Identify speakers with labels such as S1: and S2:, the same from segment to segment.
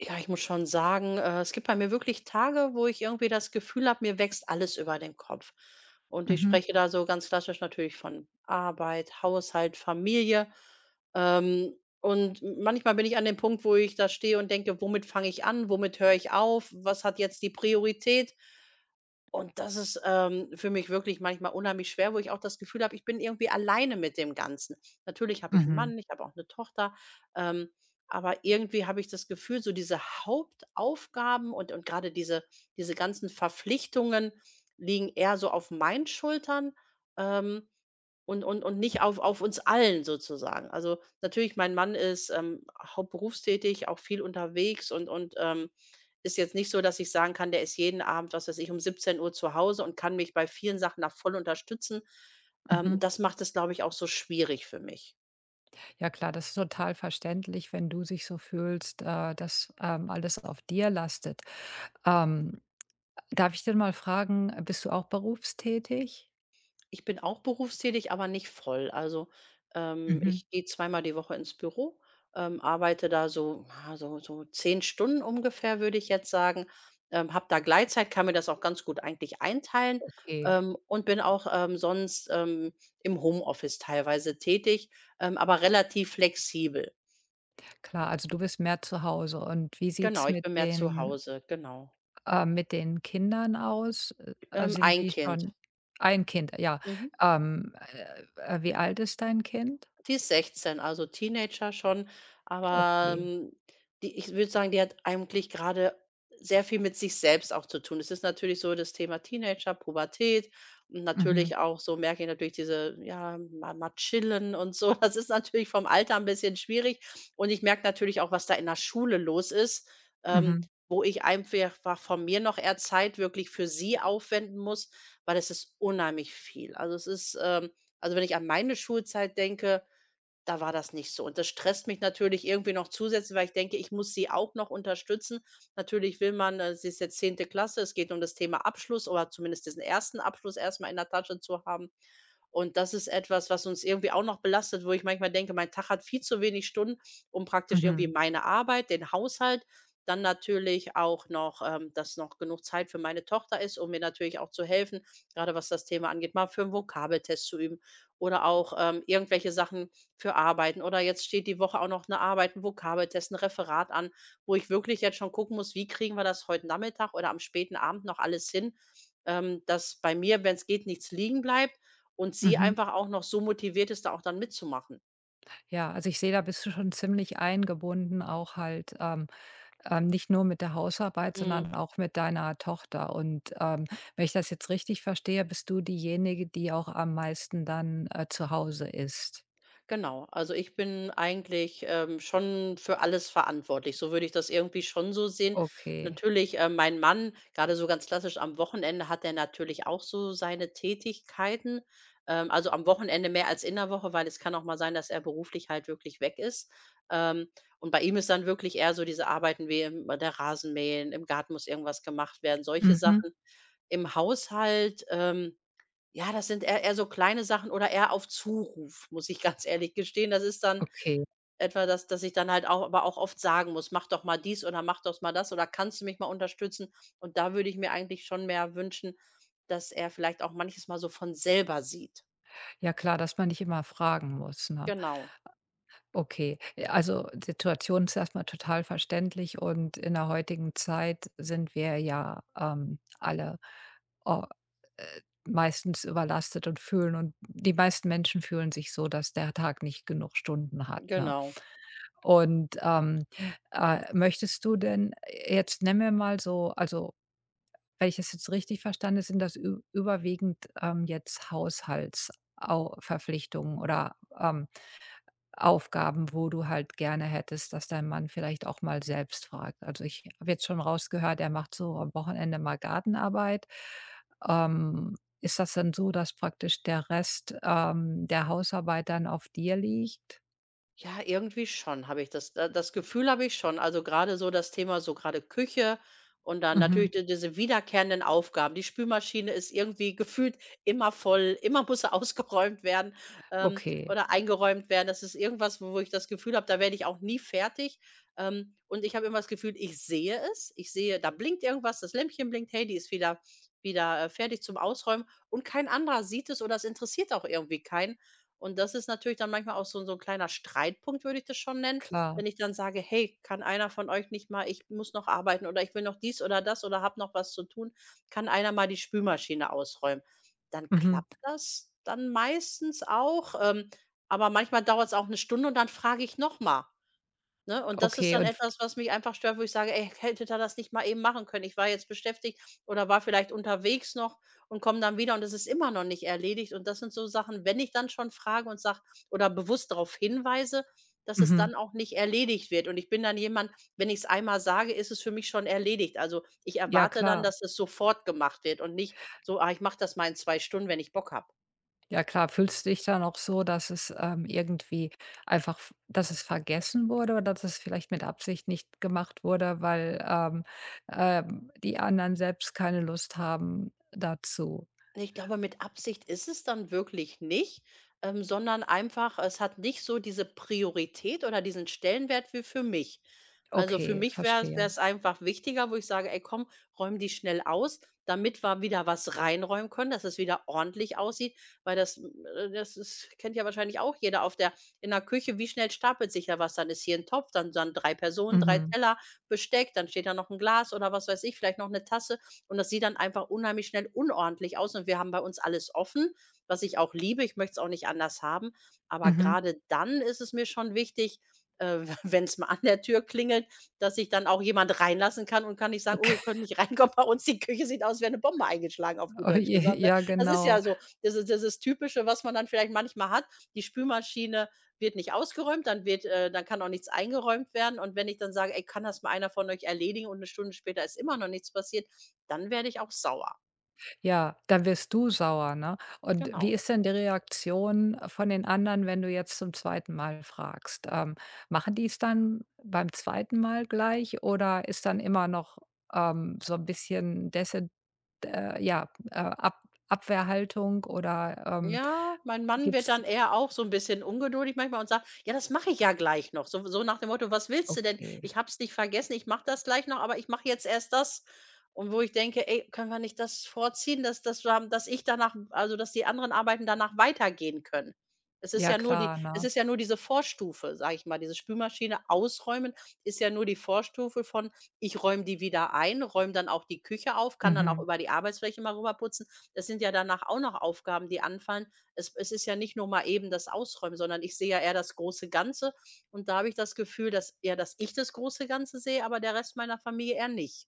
S1: Ja, ich muss schon sagen, es gibt bei mir wirklich Tage, wo ich irgendwie das Gefühl habe, mir wächst alles über den Kopf. Und ich
S2: Mhm,
S1: spreche da so ganz klassisch natürlich von Arbeit, Haushalt, Familie. Ähm, und manchmal bin ich an dem Punkt, wo ich da stehe und denke, womit fange ich an, womit höre ich auf, was hat jetzt die Priorität? Und das ist, für mich wirklich manchmal unheimlich schwer, wo ich auch das Gefühl habe, ich bin irgendwie alleine mit dem Ganzen. Natürlich habe ich einen
S2: mhm,
S1: Mann, ich habe auch eine Tochter, ähm, aber irgendwie habe ich das Gefühl, so diese Hauptaufgaben und gerade diese ganzen Verpflichtungen liegen eher so auf meinen Schultern, ähm und nicht auf uns allen sozusagen. Also, natürlich, mein Mann ist, hauptberufstätig, auch viel unterwegs und ist jetzt nicht so, dass ich sagen kann, der ist jeden Abend, was weiß ich, um 17 Uhr zu Hause und kann mich bei vielen Sachen da voll unterstützen.
S2: mhm.
S1: Das macht es, glaube ich, auch so schwierig für mich.
S2: Ja klar, das ist total verständlich, wenn du dich so fühlst, dass, alles auf dir lastet. Ähm, Darf ich denn mal fragen, bist du auch berufstätig?
S1: Ich bin auch berufstätig, aber nicht voll. Also,
S2: Mhm.
S1: ich gehe zweimal die Woche ins Büro, arbeite da so, ja, so 10 Stunden ungefähr, würde ich jetzt sagen, habe da Gleitzeit, kann mir das auch ganz gut eigentlich einteilen,
S2: Okay,
S1: und bin auch, sonst, im Homeoffice teilweise tätig, aber relativ flexibel.
S2: klar, also du bist mehr zu Hause, und wie sieht's
S1: Genau, ich
S2: mit
S1: bin mehr zu
S2: den
S1: Hause, genau.
S2: äh, mit den Kindern aus?
S1: Ähm,
S2: Sind
S1: ein
S2: die
S1: Kind.
S2: schon. Ein Kind, ja.
S1: Mhm.
S2: Ähm, Wie alt ist dein Kind?
S1: Die ist 16, also Teenager schon, aber,
S2: Okay.
S1: die, ich würde sagen, die hat eigentlich gerade sehr viel mit sich selbst auch zu tun. Es ist natürlich so das Thema Teenager, Pubertät und
S2: Mhm,
S1: natürlich auch so merke ich natürlich diese, ja, mal chillen und so. Das ist natürlich vom Alter ein bisschen schwierig und ich merke natürlich auch, was da in der Schule los ist, ähm,
S2: mhm,
S1: wo ich einfach von mir noch eher Zeit wirklich für sie aufwenden muss, weil das ist unheimlich viel. Also, es ist, also, wenn ich an meine Schulzeit denke, da war das nicht so. Und das stresst mich natürlich irgendwie noch zusätzlich, weil ich denke, ich muss sie auch noch unterstützen. Natürlich will man, sie ist jetzt 10. Klasse, es geht um das Thema Abschluss oder zumindest diesen ersten Abschluss erstmal in der Tasche zu haben. Und das ist etwas, was uns irgendwie auch noch belastet, wo ich manchmal denke, mein Tag hat viel zu wenig Stunden, um praktisch irgendwie
S2: mhm,
S1: meine Arbeit, den Haushalt, dann natürlich auch noch, dass noch genug Zeit für meine Tochter ist, um mir natürlich auch zu helfen, gerade was das Thema angeht, mal für 'n Vokabeltest zu üben oder auch, irgendwelche Sachen für Arbeiten. Oder jetzt steht die Woche auch noch eine Arbeit, 'n Vokabeltest, 'n Referat an, wo ich wirklich jetzt schon gucken muss, wie kriegen wir das heute Nachmittag oder am späten Abend noch alles hin, dass bei mir, wenn es geht, nichts liegen bleibt, und sie
S2: mhm.
S1: einfach auch noch so motiviert ist, da auch dann mitzumachen.
S2: Ja, also ich sehe, da bist du schon ziemlich eingebunden, auch halt, nicht nur mit der Hausarbeit,
S1: Mhm,
S2: sondern auch mit deiner Tochter. Und wenn ich das jetzt richtig verstehe, bist du diejenige, die auch am meisten dann zu Hause ist.
S1: genau. Also, ich bin eigentlich, schon für alles verantwortlich. So würde ich das irgendwie schon so sehen.
S2: Okay.
S1: Natürlich, mein Mann, gerade so ganz klassisch am Wochenende hat er natürlich auch so seine Tätigkeiten. Also, am Wochenende mehr als in der Woche, weil es kann auch mal sein, dass er beruflich halt wirklich weg ist. Ähm, und bei ihm ist dann wirklich eher so diese Arbeiten wie im der Rasenmähen, im Garten muss irgendwas gemacht werden, solche
S2: Mhm.
S1: Sachen. Im Haushalt, ja, das sind eher so kleine Sachen oder eher auf Zuruf, muss ich ganz ehrlich gestehen. Das ist dann
S2: Okay.
S1: etwa, dass ich dann halt auch, aber auch oft sagen muss: „Mach doch mal dies oder mach doch mal das oder kannst du mich mal unterstützen?“ Und da würde ich mir eigentlich schon mehr wünschen, dass er vielleicht auch manches Mal so von selber sieht.
S2: Ja, klar, dass man nicht immer fragen muss, ne?
S1: Genau,
S2: Okay, also, Situation ist erstmal total verständlich, und in der heutigen Zeit sind wir ja, alle, o äh, meistens überlastet und fühlen, und die meisten Menschen fühlen sich so, dass der Tag nicht genug Stunden hat, ne?
S1: genau.
S2: Und, möchtest du denn, jetzt nenn mir mal so, also, wenn ich das jetzt richtig verstanden habe, sind das ü überwiegend, jetzt Haushaltsverpflichtungen oder, Aufgaben, wo du halt gerne hättest, dass dein Mann vielleicht auch mal selbst fragt? Also, ich habe jetzt schon rausgehört, er macht so am Wochenende mal Gartenarbeit. Ist das dann so, dass praktisch der Rest, der Hausarbeit dann auf dir liegt?
S1: Ja, irgendwie schon, habe ich das, da das Gefühl habe ich schon. Also, gerade so das Thema, so gerade Küche und dann
S2: Mhm.
S1: natürlich di diese wiederkehrenden Aufgaben. Die Spülmaschine ist irgendwie gefühlt immer voll, immer muss sie ausgeräumt werden,
S2: Okay,
S1: oder eingeräumt werden. Das ist irgendwas, wo ich das Gefühl habe, da werde ich auch nie fertig. Und ich habe immer das Gefühl, ich sehe es. Ich sehe, da blinkt irgendwas, das Lämpchen blinkt, hey, die ist wieder, fertig zum Ausräumen und kein anderer sieht es oder es interessiert auch irgendwie keinen. Und das ist natürlich dann manchmal auch so 'n kleiner Streitpunkt, würde ich das schon nennen,
S2: klar.
S1: wenn ich dann sage: „Hey, kann einer von euch nicht mal, ich muss noch arbeiten oder ich will noch dies oder das oder habe noch was zu tun. Kann einer mal die Spülmaschine ausräumen?“ Dann
S2: Mhm.
S1: klappt das dann meistens auch, aber manchmal dauert es auch eine Stunde und dann frage ich noch mal. Ne? Und das ist
S2: Okay.
S1: dann
S2: Und
S1: etwas, was mich einfach stört, wo ich sage: „Ey, hättet ihr das nicht mal eben machen können? Ich war jetzt beschäftigt oder war vielleicht unterwegs noch und komme dann wieder und es ist immer noch nicht erledigt.“ Und das sind so Sachen, wenn ich dann schon frage und sage oder bewusst darauf hinweise, dass es
S2: mhm.
S1: dann auch nicht erledigt wird. Und ich bin dann jemand, wenn ich es einmal sage, ist es für mich schon erledigt. Also, ich
S2: Ja,
S1: erwarte dann,
S2: klar.
S1: dass es sofort gemacht wird und nicht so: „Ah, ich mache das mal in 2 Stunden, wenn ich Bock habe.“
S2: Ja klar, fühlst du dich dann auch so, dass es, irgendwie einfach, v dass es vergessen wurde oder dass es vielleicht mit Absicht nicht gemacht wurde, weil, die anderen selbst keine Lust haben dazu?
S1: Ich glaube, mit Absicht ist es dann wirklich nicht, sondern einfach, es hat nicht so diese Priorität oder diesen Stellenwert wie für mich. Also, für
S2: Okay,
S1: mich wäre
S2: verstehe.
S1: es einfach wichtiger, wo ich sage, ey, komm, räum die schnell aus, damit wir wieder was reinräumen können, dass es wieder ordentlich aussieht, weil das, das ist, kennt ja wahrscheinlich auch jeder, auf der, in der Küche, wie schnell stapelt sich da was, dann ist hier ein Topf, dann, dann drei Personen, drei
S2: Mhm,
S1: Teller, Besteck, dann steht da noch ein Glas oder was weiß ich, vielleicht noch eine Tasse und das sieht dann einfach unheimlich schnell unordentlich aus und wir haben bei uns alles offen, was ich auch liebe. Ich möchte es auch nicht anders haben. Aber
S2: mhm.
S1: gerade dann ist es mir schon wichtig, wenn es mal an der Tür klingelt, dass ich dann auch jemand reinlassen kann und kann nicht sagen: „Oh, ihr könnt nicht reinkommen bei uns, die Küche sieht aus wie eine Bombe eingeschlagen“, auf gut
S2: Oh
S1: Deutsch
S2: je,
S1: gesagt, ne?
S2: ja
S1: Das ist ja
S2: genau.
S1: so das, dieses Typische, was man dann vielleicht manchmal hat. Die Spülmaschine wird nicht ausgeräumt, dann wird dann kann auch nichts eingeräumt werden. Und wenn ich dann sage: „Ey, kann das mal einer von euch erledigen?“ und eine Stunde später ist immer noch nichts passiert, dann werde ich auch sauer,
S2: Ja, dann wirst du sauer, ne? Und wie
S1: genau.
S2: ist denn die Reaktion von den anderen, wenn du jetzt zum zweiten Mal fragst? Machen die es dann beim zweiten Mal gleich, oder ist dann immer noch, so ein bisschen, dese ja, Ab Abwehrhaltung oder,
S1: Ja, mein Mann wird
S2: gibt's?
S1: dann eher auch so ein bisschen ungeduldig manchmal und sagt: „Ja, das mache ich ja gleich noch.“ So nach dem Motto: „Was willst du denn?
S2: Okay.
S1: Ich habe es nicht vergessen, ich mache das gleich noch, aber ich mache jetzt erst das.“ Und wo ich denke: „Ey, können wir nicht das vorziehen, dass wir haben- dass ich danach, also, dass die anderen Arbeiten danach weitergehen können?“ Es ist
S2: Ja
S1: ja nur die
S2: klar,
S1: es
S2: ne?
S1: ist ja nur diese Vorstufe, sage ich mal. Diese Spülmaschine ausräumen ist ja nur die Vorstufe von: Ich räume die wieder ein, räume dann auch die Küche auf, kann dann auch
S2: Mhm.
S1: über die Arbeitsfläche mal rüberputzen. Das sind ja danach auch noch Aufgaben, die anfallen. Es ist ja nicht nur mal eben das Ausräumen, sondern ich sehe ja eher das große Ganze, und da habe ich das Gefühl, dass eher, dass ich das große Ganze sehe, aber der Rest meiner Familie eher nicht.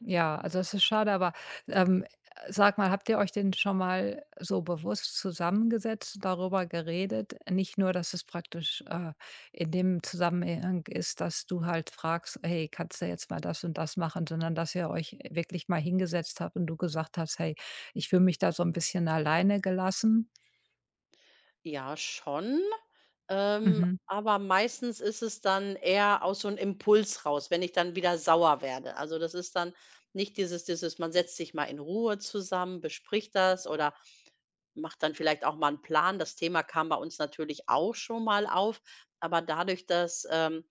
S2: Ja, also das ist schade, aber, ähm, sag mal, habt ihr euch denn schon mal so bewusst zusammengesetzt, darüber geredet? Nicht nur, dass es praktisch, in dem Zusammenhang ist, dass du halt fragst: „Hey, kannst du jetzt mal das und das machen?", sondern dass ihr euch wirklich mal hingesetzt habt und du gesagt hast: „Hey, ich fühle mich da so ein bisschen alleine gelassen."
S1: Ja, schon,
S2: Mhm.
S1: aber meistens ist es dann eher aus so einem Impuls raus, wenn ich dann wieder sauer werde. Also, das ist dann nicht dieses man setzt sich mal in Ruhe zusammen, bespricht das oder macht dann vielleicht auch mal einen Plan. Das Thema kam bei uns natürlich auch schon mal auf, aber dadurch, dass,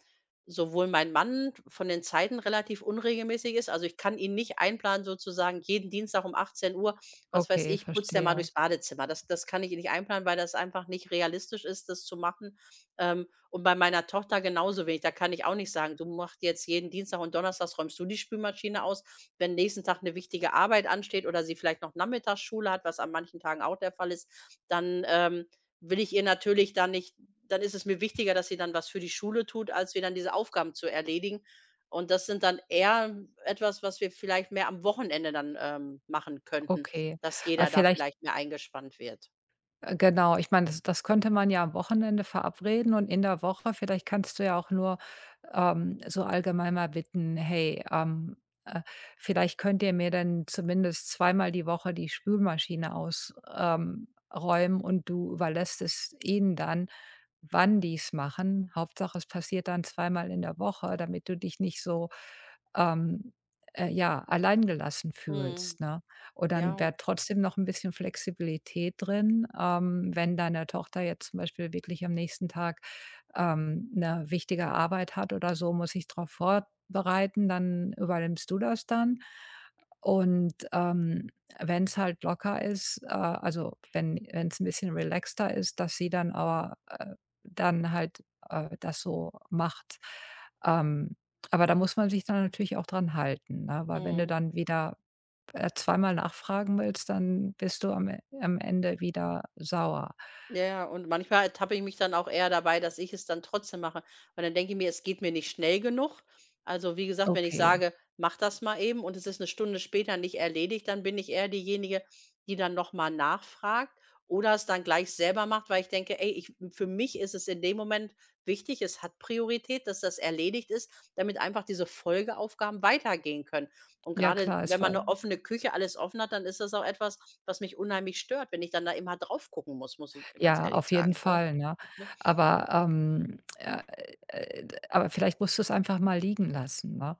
S1: sowohl mein Mann von den Zeiten relativ unregelmäßig ist, also, ich kann ihn nicht einplanen, sozusagen jeden Dienstag um 18 Uhr, was weiß
S2: Okay,
S1: ich, putzt er mal
S2: verstehe.
S1: durchs Badezimmer. Das kann ich nicht einplanen, weil das einfach nicht realistisch ist, das zu machen. Und bei meiner Tochter genauso wenig. Da kann ich auch nicht sagen: „Du machst jetzt jeden Dienstag und Donnerstag räumst du die Spülmaschine aus.“ Wenn nächsten Tag eine wichtige Arbeit ansteht oder sie vielleicht noch Nachmittagsschule hat, was an manchen Tagen auch der Fall ist, dann, will ich ihr natürlich da nicht, dann ist es mir wichtiger, dass sie dann was für die Schule tut, als wir dann diese Aufgaben zu erledigen. Und das sind dann eher etwas, was wir vielleicht mehr am Wochenende dann, machen könnten,
S2: Okay.
S1: dass
S2: Aber
S1: jeder da
S2: vielleicht.
S1: vielleicht mehr eingespannt wird.
S2: Genau, ich meine, das könnte man ja am Wochenende verabreden, und in der Woche vielleicht kannst du ja auch nur, so allgemein mal bitten: „Hey, äh, vielleicht könnt ihr mir dann zumindest zweimal die Woche die Spülmaschine ausräumen, räumen", und du überlässt es ihnen dann, wann die's machen. Hauptsache, es passiert dann zweimal in der Woche, damit du dich nicht so, ähm, ja, alleingelassen
S1: Mhm.
S2: fühlst, ne? Und dann
S1: Ja.
S2: wäre trotzdem noch ein bisschen Flexibilität drin, wenn deine Tochter jetzt zum Beispiel wirklich am nächsten Tag, 'ne wichtige Arbeit hat oder so, muss ich darauf vorbereiten, dann übernimmst du das dann. Und, wenn es halt locker ist, also, wenn es ein bisschen relaxter ist, dass sie dann aber, dann halt, das so macht. Ähm, aber da muss man sich dann natürlich auch dran halten, ne? Weil wenn du
S1: Mhm.
S2: dann wieder zweimal nachfragen willst, dann bist du am E am Ende wieder sauer.
S1: Ja, ja, und manchmal ertappe ich mich dann auch eher dabei, dass ich es dann trotzdem mache. Weil dann denke ich mir, es geht mir nicht schnell genug. Also, wie gesagt, wenn ich
S2: Okay.
S1: sage, mach das mal eben und es ist eine Stunde später nicht erledigt, dann bin ich eher diejenige, die dann noch mal nachfragt oder es dann gleich selber macht, weil ich denke: „Ey, ich, für mich ist es in dem Moment wichtig, es hat Priorität, dass das erledigt ist, damit einfach diese Folgeaufgaben weitergehen können.“ Und
S2: Ja
S1: gerade
S2: klar, es
S1: wenn
S2: war
S1: man eine offene Küche, alles offen hat, dann ist das auch etwas, was mich unheimlich stört, wenn ich dann da immer drauf gucken muss, muss ich ganz
S2: ja,
S1: ehrlich
S2: auf jeden
S1: sagen, ne?
S2: Fall, ne?
S1: Ne?
S2: Aber, ähm, äh, aber vielleicht musst du es einfach mal liegen lassen, ne?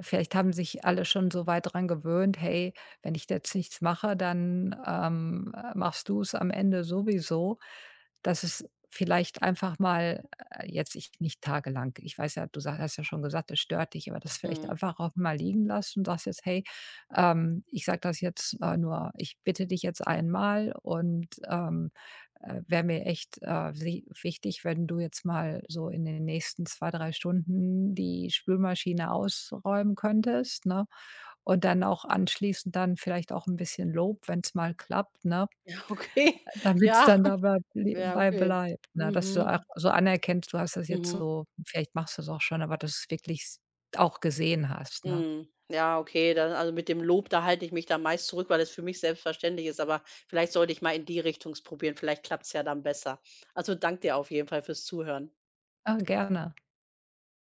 S2: Vielleicht haben sich alle schon so weit dran gewöhnt: „Hey, wenn ich jetzt nichts mache, dann, machst du's am Ende sowieso", dass es vielleicht einfach mal, jetzt, ich nicht tagelang, ich weiß ja, du sa hast ja schon gesagt, es stört dich, aber das vielleicht
S1: Mhm.
S2: einfach auch mal liegen lassen, und sagst jetzt: „Hey, ich sage das jetzt, nur ich bitte dich jetzt einmal, und, wäre mir echt, wi wichtig, wenn du jetzt mal so in den nächsten 2 3 Stunden die Spülmaschine ausräumen könntest, ne? Und dann auch anschließend dann vielleicht auch ein bisschen Lob, wenn es mal klappt, ne?
S1: Okay,
S2: Damit's
S1: ja.
S2: dann dabei
S1: Ja, okay.
S2: bleibt, ne? Dass du auch
S1: Mhm.
S2: so anerkennst, du hast das jetzt
S1: Mhm.
S2: so, vielleicht machst du es auch schon, aber dass du's wirklich s auch gesehen hast, ne?
S1: Mhm. Ja, okay, dann, also mit dem Lob, da halte ich mich dann meist zurück, weil das für mich selbstverständlich ist, aber vielleicht sollte ich mal in die Richtung probieren, vielleicht klappt's ja dann besser. Also, danke dir auf jeden Fall fürs Zuhören.
S2: Ah, gerne.